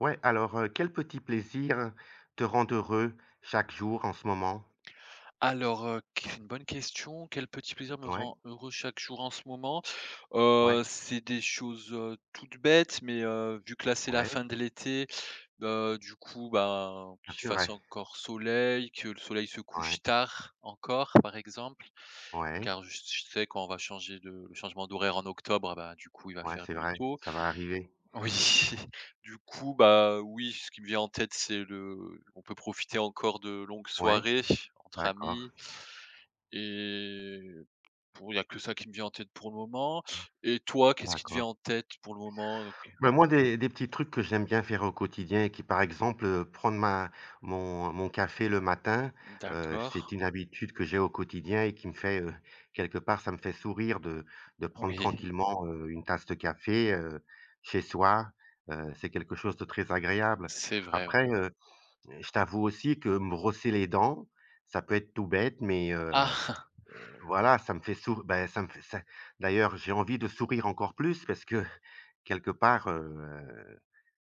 Ouais, alors, quels petits plaisirs te rend heureux chaque jour en ce moment? Alors, q c'est une bonne question. Quel petit plaisir me Ouais, rend heureux chaque jour en ce moment? ouais, C'est des choses, toutes bêtes, mais vu que là, c'est la ouais, fin de l'été, du coup, ben, ça qu'il c'est fasse vrai. encore soleil, que le soleil se Ouais, couche tard encore, par exemple. ouais, Car je sais quand on va changer de le changement d'horaire en octobre, bah, du coup, il va ouais, faire c'est nuit vrai, tôt. ça va arriver. Oui, du coup, bah, oui, ce qui me vient en tête, c'est le on peut profiter encore de longues Ouais, soirées entre d'accord, amis. Et bon, il y a que ça qui me vient en tête pour le moment. Et toi, qu'est-ce qui te vient d'accord. en tête pour le moment? OK. Bah, moi, des petits trucs que j'aime bien faire au quotidien et qui, par exemple, prendre ma mon mon café le matin, D'accord. c'est une habitude que j'ai au quotidien et qui me fait, quelque part, ça me fait sourire de prendre Oui, tranquillement, une tasse de café, chez soi, c'est quelque chose de très agréable. c'est vrai, ouais. Après, je t'avoue aussi que me brosser les dents, ça peut être tout bête, mais Ah! voilà, ça me fait sour bah, ça me fait ça, d'ailleurs, j'ai envie de sourire encore plus parce que quelque part,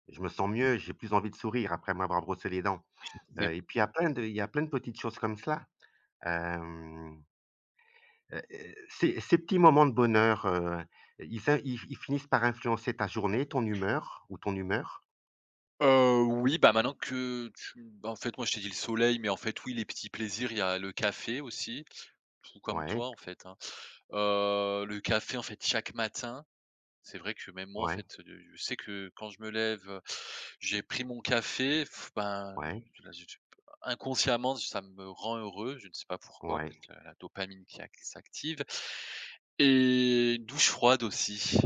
je me sens mieux, j'ai plus envie de sourire après m'avoir brossé les dents, C'est et puis il y a plein de petites choses comme cela. Hem, ces petits moments de bonheur, ils in ils ils finissent par influencer ta journée, ton humeur ou ton humeur. Oui, bah, maintenant que tu bah, en fait, moi, je t'ai dit le soleil, mais en fait, oui, les petits plaisirs, il y a le café aussi, tout comme toi, Ouais, en fait, hein. Le café, en fait, chaque matin. C'est vrai que même moi, en ouais, fait, je sais que quand je me lève, j'ai pris mon café, ben, ouais, là, je inconsciemment, ça me rend heureux, je ne sais pas pourquoi, ouais. peut-être la dopamine qui ac s'active et une douche froide aussi,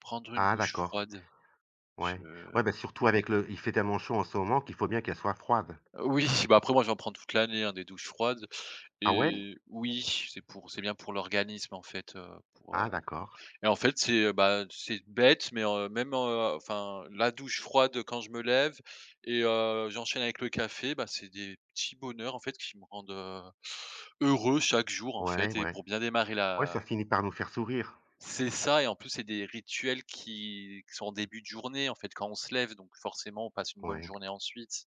prendre une Ah, douche d'accord. froide. Je Ouais. Ouais, bah, surtout avec le il fait tellement chaud en ce moment qu'il faut bien qu'elle soit froide. Oui, bah, après moi, j'en prends toute l'année, hein, des douches froides Ah, ouais? et oui, c'est bien pour l'organisme, en fait, pour, Ah, d'accord. et en fait, bah, c'est bête, mais même, enfin, la douche froide quand je me lève et j'enchaîne avec le café, bah, c'est des petits bonheurs, en fait, qui me rendent, heureux chaque jour, en Ouais, fait et ouais. pour bien démarrer Ouais, ça la finit par nous faire sourire. C'est ça et en plus, c'est des rituels qui sont en début de journée, en fait, quand on se lève, donc forcément, on passe une bonne Ouais, journée ensuite,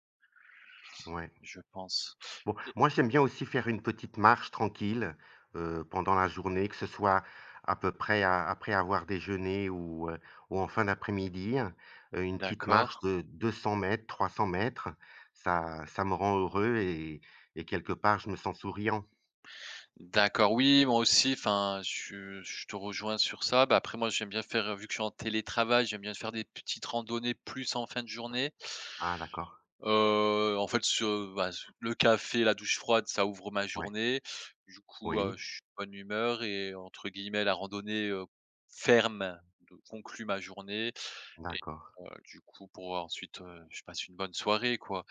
ouais. je pense. Bon, Et moi, j'aime bien aussi faire une petite marche tranquille, pendant la journée, que ce soit à peu près a après avoir déjeuné ou, ou en fin d'après-midi, une petite d'accord. marche de 200 m, 300 mètres. Ça me rend heureux et quelque part je me sens souriant. D'accord, oui, moi aussi, enfin, je te rejoins sur ça. Bah, après moi, j'aime bien faire, vu que je suis en télétravail, j'aime bien faire des petites randonnées plus en fin de journée. Ah, d'accord. En fait, ce bah, ce le café, la douche froide, ça ouvre ma Ouais. journée. Du coup, Oui, je suis de bonne humeur et entre guillemets, «la randonnée, ferme» de conclut ma journée et d'accord. Du coup pour ensuite, je passe une bonne soirée, quoi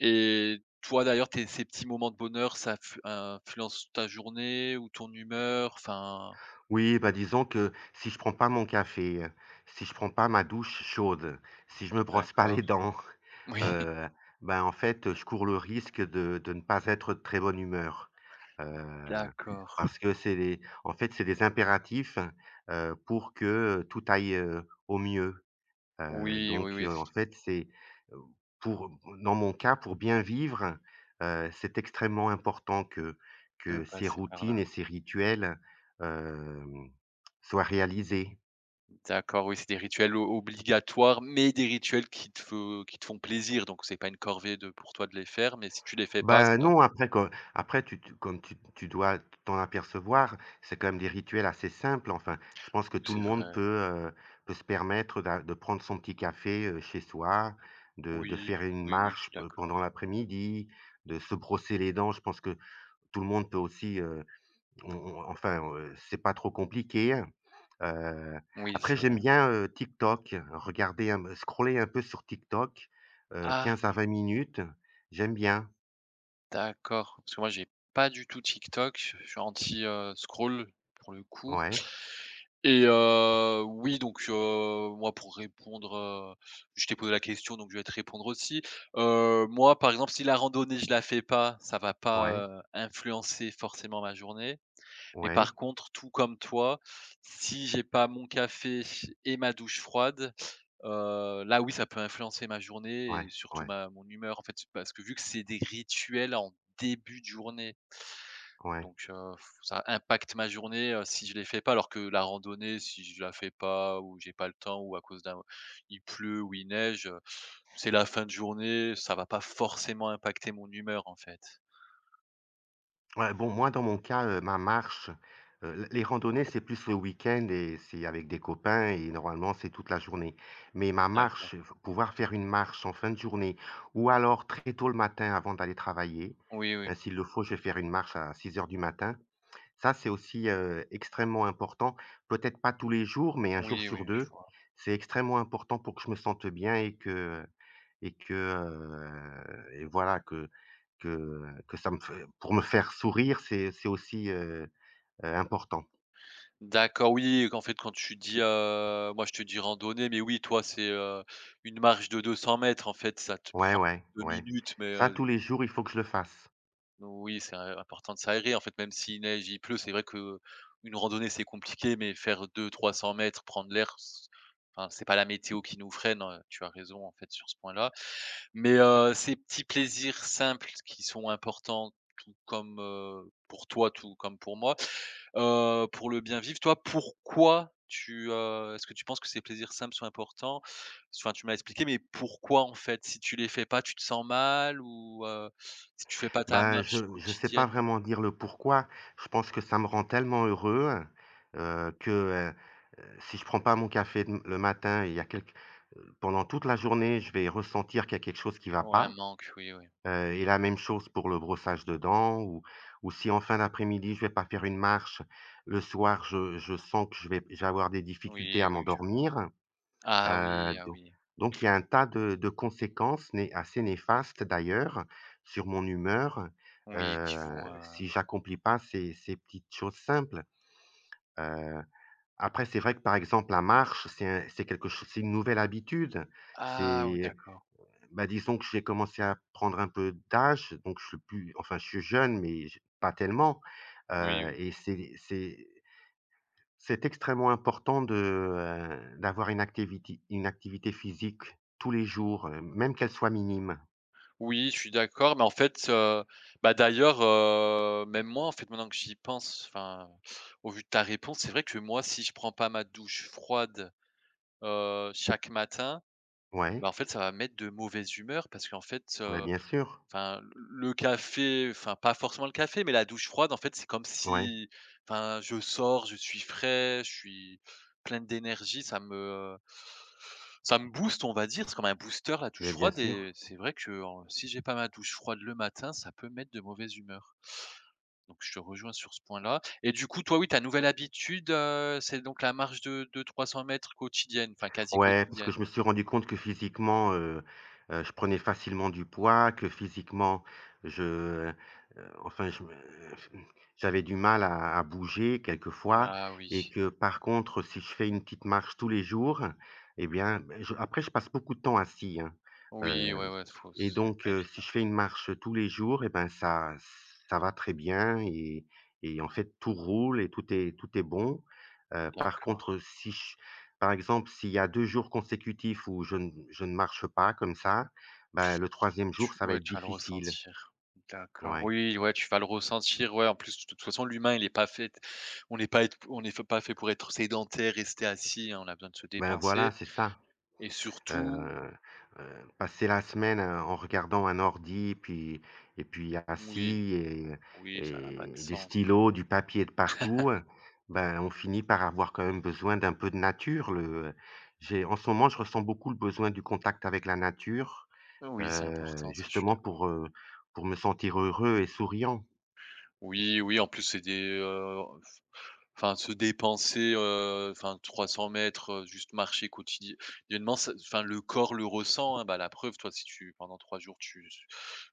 et toi d'ailleurs, tes ces petits moments de bonheur, ça f influence ta journée ou ton humeur? Enfin Oui, bah, disons que si je prends pas mon café, si je prends pas ma douche chaude, si je me brosse pas les d'accord. dents, Oui. heu, ben, en fait, je cours le risque de ne pas être de très bonne humeur. Heu, D'accord. Parce que c'est des en fait, c'est des impératifs, hein, pour que tout aille, au mieux. Heu, Oui, oui, donc oui, en fait, c'est, heu, pour dans mon cas, pour bien vivre, c'est extrêmement important que de ces passer par routines et là. ces rituels, hem, soient réalisés. D'accord, oui, c'est des rituels o obligatoires, mais des rituels qui te font plaisir, donc c'est pas une corvée de pour toi de les faire, mais si tu les fais pas, Ben ça non, après quand après tu comme tu dois t'en apercevoir, c'est quand même des rituels assez simples, enfin, je pense que oui, tout le c'est vrai. monde peut, se permettre d'a de prendre son petit café, chez soi, de Oui, faire une oui, oui, je marche suis pe pendant d'accord. l'après-midi, de se brosser les dents. Je pense que tout le monde peut aussi, on enfin, c'est pas trop compliqué, hein. Heu, Oui, après c'est j'aime vrai. bien, TikTok, regarder un scroller un peu sur TikTok, Ah, 15 à 20 minutes, j'aime bien. d'accord, parce que moi, j'ai pas du tout TikTok, je suis anti, scroll pour le coup Ouais, et oui, donc moi, pour répondre, je t'ai posé la question, donc je vais te répondre aussi. Moi, par exemple, si la randonnée, je la fais pas, ça va pas, ouais, influencer forcément ma journée. Mais par ouais, contre, tout comme toi, si j'ai pas mon café et ma douche froide, là, oui, ça peut influencer ma journée ouais, et surtout ouais, ma mon humeur, en fait, parce que vu que c'est des rituels en début de journée, ouais. donc ça impacte ma journée, si je les fais pas. Alors que la randonnée, si je la fais pas ou j'ai pas le temps ou à cause d'un il pleut ou il neige, c'est la fin de journée, ça va pas forcément impacter mon humeur, en fait. Ouais, bon, moi, dans mon cas, ma marche, l les randonnées, c'est plus le week-end et c'est avec des copains et normalement, c'est toute la journée. Mais ma D'accord. marche, f pouvoir faire une marche en fin de journée ou alors très tôt le matin avant d'aller travailler, Oui, hein, oui. s'il le faut, je vais faire une marche à 6 heures du matin. Ça, c'est aussi, extrêmement important. Peut-être pas tous les jours, mais un jour Oui, sur oui, je deux, vois. c'est extrêmement important pour que je me sente bien et que et voilà que que ça me fait pour me faire sourire, c'est aussi, important. D'accord, oui, en fait, quand tu dis, moi, je te dis randonnée, mais oui, toi, c'est, une marche de 200 mètres. En fait, ça te Ouais, prend ouais, 2 ouais. minutes, mais, Ça, tous les jours, il faut que je le fasse. oui, c'est im important de s'aérer, en fait, même s'il neige, il pleut, c'est vrai que une randonnée, c'est compliqué, mais faire deux, trois cents mètres, prendre l'air, c enfin, c'est pas la météo qui nous freine, tu as raison, en fait, sur ce point-là. Mais, ces petits plaisirs simples qui sont importants, tout comme, pour toi, tout comme pour moi, pour le bien vivre, toi, pourquoi tu, est-ce que tu penses que ces plaisirs simples sont importants? Enfin, tu m'as expliqué, mais pourquoi, en fait? Si tu les fais pas, tu te sens mal ou, si tu fais pas ta Ben, marche je sais pas quotidienne? vraiment dire le pourquoi. Je pense que ça me rend tellement heureux, heu, que, heu si je prends pas mon café le matin, il y a quelque pendant toute la journée, je vais ressentir qu'il y a quelque chose qui va Ouais, un pas. manque, oui, oui. Et la même chose pour le brossage de dents ou si en fin d'après-midi, je vais pas faire une marche, le soir, je sens que je vais avoir des difficultés à Oui, oui, je vois. m'endormir, Ah heu, oui, ah don oui. donc il y a un tas de conséquences né assez néfastes d'ailleurs sur mon humeur, Oui, qui vont, si j'accomplis pas ces petites choses simples. Heu, après c'est vrai que, par exemple, la marche, c'est un c'est quelque chose c'est une nouvelle habitude. ah oui, C'est d'accord. Bah, disons que j'ai commencé à prendre un peu d'âge, donc je suis plus enfin, je suis jeune, mais j pas tellement, Oui, oui. et c'est extrêmement important d'avoir une activité physique tous les jours, même qu'elle soit minime. Oui, je suis d'accord, mais en fait, bah, d'ailleurs, même moi, en fait, maintenant que j'y pense, enfin, au vu de ta réponse, c'est vrai que moi, si je prends pas ma douche froide, chaque matin, Ouais, bah, en fait, ça va me mettre de mauvaise humeur parce qu'en fait, bah, bien sûr. enfin, le café, enfin, pas forcément le café, mais la douche froide, en fait, c'est comme Ouais, si enfin, je sors, je suis frais, je suis plein d'énergie, ça me booste, on va dire. C'est comme un booster, la mais douche bien froide sûr. et c'est vrai que, en si j'ai pas ma douche froide le matin, ça peut me mettre de mauvaise humeur. Donc je te rejoins sur ce point-là et du coup, toi, oui, ta nouvelle habitude, c'est donc la marche de 300 mètres quotidienne, enfin, quasi Ouais, parce que quotidienne? je me suis rendu compte que physiquement, je prenais facilement du poids, que physiquement, je, heu, enfin, je me j'avais du mal à bouger quelquefois Ah et oui. que par contre, si je fais une petite marche tous les jours et bien, beh, je après je passe beaucoup de temps assis, hein, Oui, heu ouais, ouais, faut et c'est donc, pas si évident. je fais une marche tous les jours et ben, ça va très bien et en fait, tout roule et tout est bon. Par D'accord. contre, si je par exemple, s'il y a 2 jours consécutifs où je ne marche pas comme ça, ben, le troisième jour, Tu ça va Ouais, être tu vas le difficile. ressentir. D'accord. Ouais. Oui, ouais, tu vas le ressentir. Ouais, en plus, de toute façon, l'humain, il est pas fait on n'est f pas fait pour être sédentaire, rester assis, hein, on a besoin de se Ben, voilà, dépenser c'est ça. et surtout Heu heu, Passer la semaine, en regardant un ordi, puis et puis oui, assis et oui, ça n'a pas de des sens. stylos, du papier de partout, ben, on finit par avoir quand même besoin d'un peu de nature. Le j'ai En ce moment, je ressens beaucoup le besoin du contact avec la nature, Oui, c'est important, ça, je suis justement d'accord. pour, me sentir heureux et souriant. Oui, oui, en plus, c'est des, euh, enfin, se dépenser, enfin 300 m, juste marcher quotidiennement, ça enfin le corps le ressent, hein. Bah, la preuve, toi, si tu pendant 3 jours, tu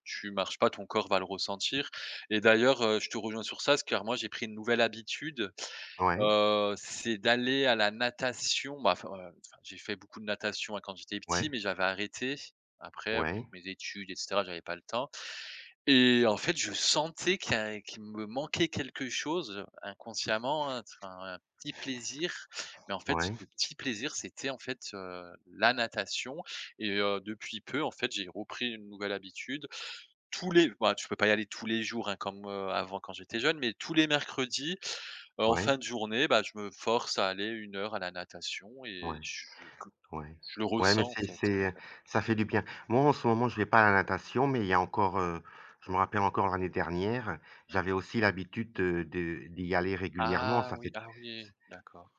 tu marches pas, ton corps va le ressentir et d'ailleurs, je te rejoins sur ça, s car moi, j'ai pris une nouvelle habitude, Ouais, c'est d'aller à la natation. Bah, enfin, enfin, j'ai fait beaucoup de natation, hein, quand j'étais ouais, petit, mais j'avais arrêté. Après, avec ouais, mes études et cetera, j'avais pas le temps et en fait, je sentais qu'il y a qu'il me manquait quelque chose inconsciemment, hein, enfin, un petit plaisir. Mais en fait, ouais, ce petit plaisir, c'était en fait, la natation et depuis peu, en fait, j'ai repris une nouvelle habitude. Tous les bah, je peux pas y aller tous les jours, hein, comme, avant quand j'étais jeune, mais tous les mercredis, en ouais, fin de journée, bah, je me force à aller une heure à la natation ouais, et je que ouais. je le Ouais, mais ressens en fait c'est que ça fait du bien. Moi, en ce moment, je vais pas à la natation, mais il y a encore, je me rappelle encore l'année dernière, j'avais aussi l'habitude de d'y aller régulièrement. ah Ça oui, fait ah oui, d'accord.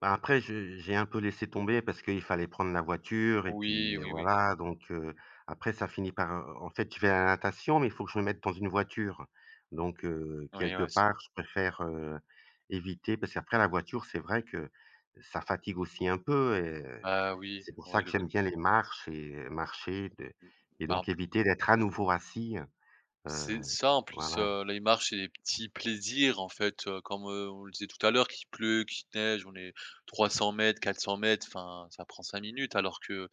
Bah, après je j'ai un peu laissé tomber parce qu'il fallait prendre la voiture et Oui, puis, oui, oui. voilà, donc, après en fait, je vais à la natation, mais il faut que je me mette dans une voiture, donc, Oui, quelque ouais, part, je préfère, éviter parce qu'après la voiture, c'est vrai que ça fatigue aussi un peu, ah oui, c'est pour ça oui que j'aime bien les marches et marcher de mmh, et bah, donc éviter d'être à nouveau assis, heu, c'est ça en plus, voilà, la marche c'est des petits plaisirs en fait, comme, on le disait tout à l'heure, qu'il pleut, qu'il neige, on est trois cents mètres, 400 mètres. Enfin ça prend 5 minutes alors que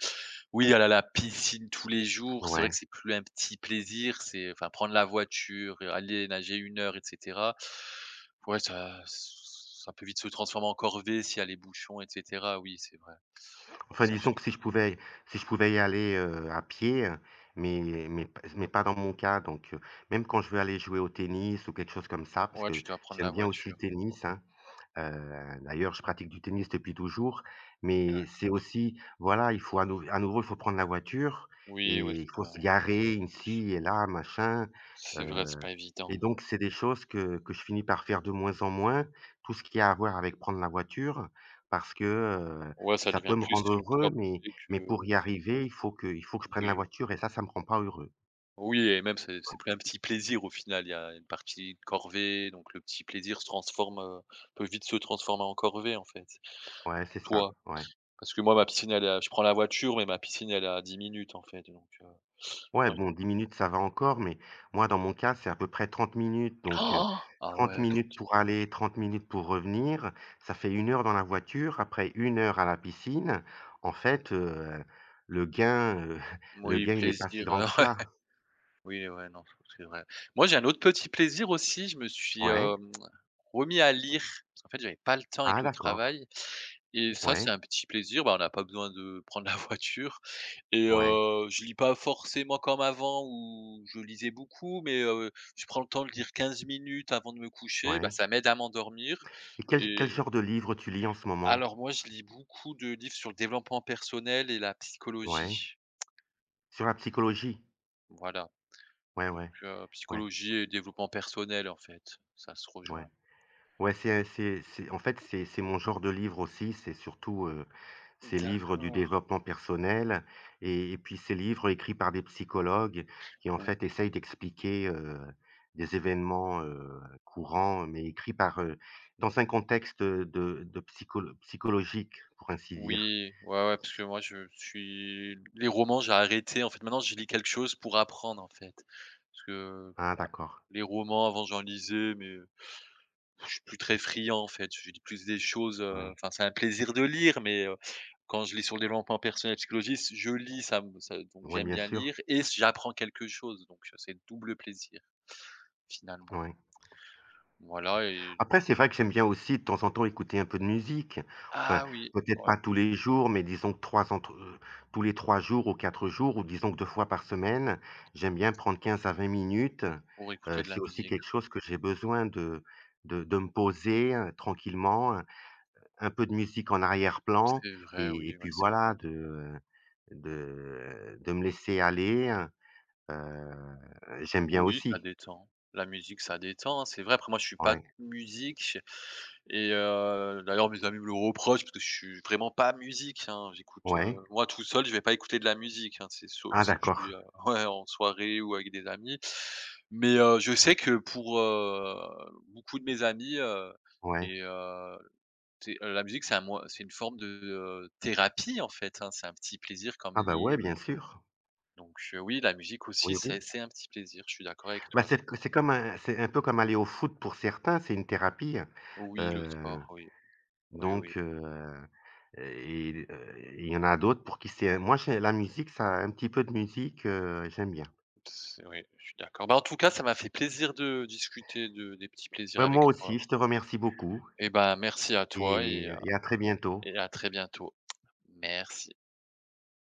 oui, aller à la piscine tous les jours, c'est vrai ouais. que c'est plus un petit plaisir, c'est enfin prendre la voiture, et aller nager une heure et cetera. Ouais ça peut vite se transformer en corvée s'il y a les bouchons et cetera. Oui, c'est vrai. Enfin, Ça je disons que si je pouvais y aller, à pied, mais mais pas dans mon cas, donc, même quand je veux aller jouer au tennis ou quelque chose comme ça, parce Ouais que tu dois prendre j'aime la bien aussi le voiture. tennis, hein. D'ailleurs, je pratique du tennis depuis toujours, mais c'est D'accord. aussi voilà, il faut à nouveau, il faut prendre la voiture Oui, ouais, et il faut se garer ici et là, machin, c'est vrai, c'est pas et évident. donc, c'est des choses que je finis par faire de moins en moins. Tout ce qui a à voir avec prendre la voiture, parce que, Ouais, ça ça peut devient me plus rendre une heureux, corvée mais pour que y arriver, il faut que je prenne la oui. voiture et ça me rend pas heureux. Oui et même c'est plus un petit plaisir au final, il y a une partie de corvée, donc le petit plaisir se transforme, peut vite se transformer en corvée, en fait. Ouais, c'est ça, Toi? ouais. Parce que moi, ma piscine, elle est à je prends la voiture, mais ma piscine, elle est à 10 minutes, en fait, donc Ouais, oui. bon, 10 minutes, ça va encore, mais moi, dans mon cas, c'est à peu près 30 minutes, donc, Ah, 30 ouais, minutes trente pour minutes. aller, 30 minutes pour revenir. Ça fait une heure dans la voiture, après une heure à la piscine. En fait, le gain, le Oui, gain, il est pas si plaisir, grand que cela. oui, ouais, non, je trouve que c'est vrai. Moi, j'ai un autre petit plaisir aussi, je me suis, Ouais. Remis à lire, parce qu'en fait, j'avais pas le temps Ah, avec le d'accord. travail et ça, c'est Ouais, un petit plaisir, bah, on n'a pas besoin de prendre la voiture et ouais, je lis pas forcément comme avant où je lisais beaucoup, mais je prends le temps de lire 15 minutes avant de me coucher, bah, ouais. ça m'aide à m'endormir Et quel et genre de livre tu lis en ce moment? alors moi, je lis beaucoup de livres sur le développement personnel et la Ouais. psychologie. Sur la psychologie? Voilà. Ouais, Donc ouais, ouais, psychologie et développement personnel, en fait, ça se ouais. rejoint. Ouais, c'est en fait, c'est mon genre de livre aussi, c'est surtout, ces livres du D'accord. développement personnel et puis ces livres écrits par des psychologues qui, en Ou fait, essayent d'expliquer, des événements, courants, mais écrits dans un contexte de psychologique, pour ainsi dire. Oui, ouais, ouais, parce que moi je suis les romans, j'ai arrêté, en fait, maintenant je lis quelque chose pour apprendre, en fait. Parce que Ah, d'accord. les romans, avant j'en lisais, mais je suis plus très friand, en fait. Je lis plus des choses, Ouais. enfin, c'est un plaisir de lire, mais quand je lis sur le développement personnel, et psychologie, s je lis, ça donc Ouais, j'aime bien bien lire sûr, et j'apprends quelque chose, donc c'est double plaisir, finalement. ouais. Voilà et Après, c'est vrai que j'aime bien aussi de temps en temps écouter un peu de musique. Enfin, ah oui, peut-être ouais. pas tous les jours, mais disons que 3 entre tous les 3 jours ou 4 jours ou disons que 2 fois par semaine, j'aime bien prendre 15 à 20 minutes. Pour Heu, écouter de la c'est aussi musique. quelque chose que j'ai besoin de me poser, tranquillement, un peu de musique en arrière-plan C'est vrai, et oui, ouais, puis c'est voilà de me laisser aller, heu, j'aime bien oui, ça aussi. détend. La musique, ça détend, c'est vrai. Après moi, je suis pas Ouais, musique et d'ailleurs mes amis me le reprochent parce que je suis vraiment pas musique, hein. J'écoute, ouais. moi tout seul, je vais pas écouter de la musique, hein, c'est sauf Ah, si je d'accord, suis, ouais, en soirée ou avec des amis. Mais je sais que pour, beaucoup de mes amis, ouais. et tu sais, la musique, c'est un moy c'est une forme de, thérapie en fait, hein. C'est un petit plaisir comme Ah bah, ouais, lire. bien sûr. Donc oui, la musique aussi, Oui, oui. C'est un petit plaisir, je suis d'accord avec Bah, toi. C'est un peu comme aller au foot pour certains, c'est une thérapie, Oui, le heu, sport, oui. Oui, oui. donc, il y en a d'autres pour qui c'est moi, j'ai la musique, ça un petit peu de musique, j'aime bien. C'est Oui, je suis d'accord. Bah, en tout cas, ça m'a fait plaisir de discuter de des petits plaisirs Bah, moi avec toi. aussi, je te remercie beaucoup Et ben, merci à toi et à très bientôt. et à très bientôt. Merci.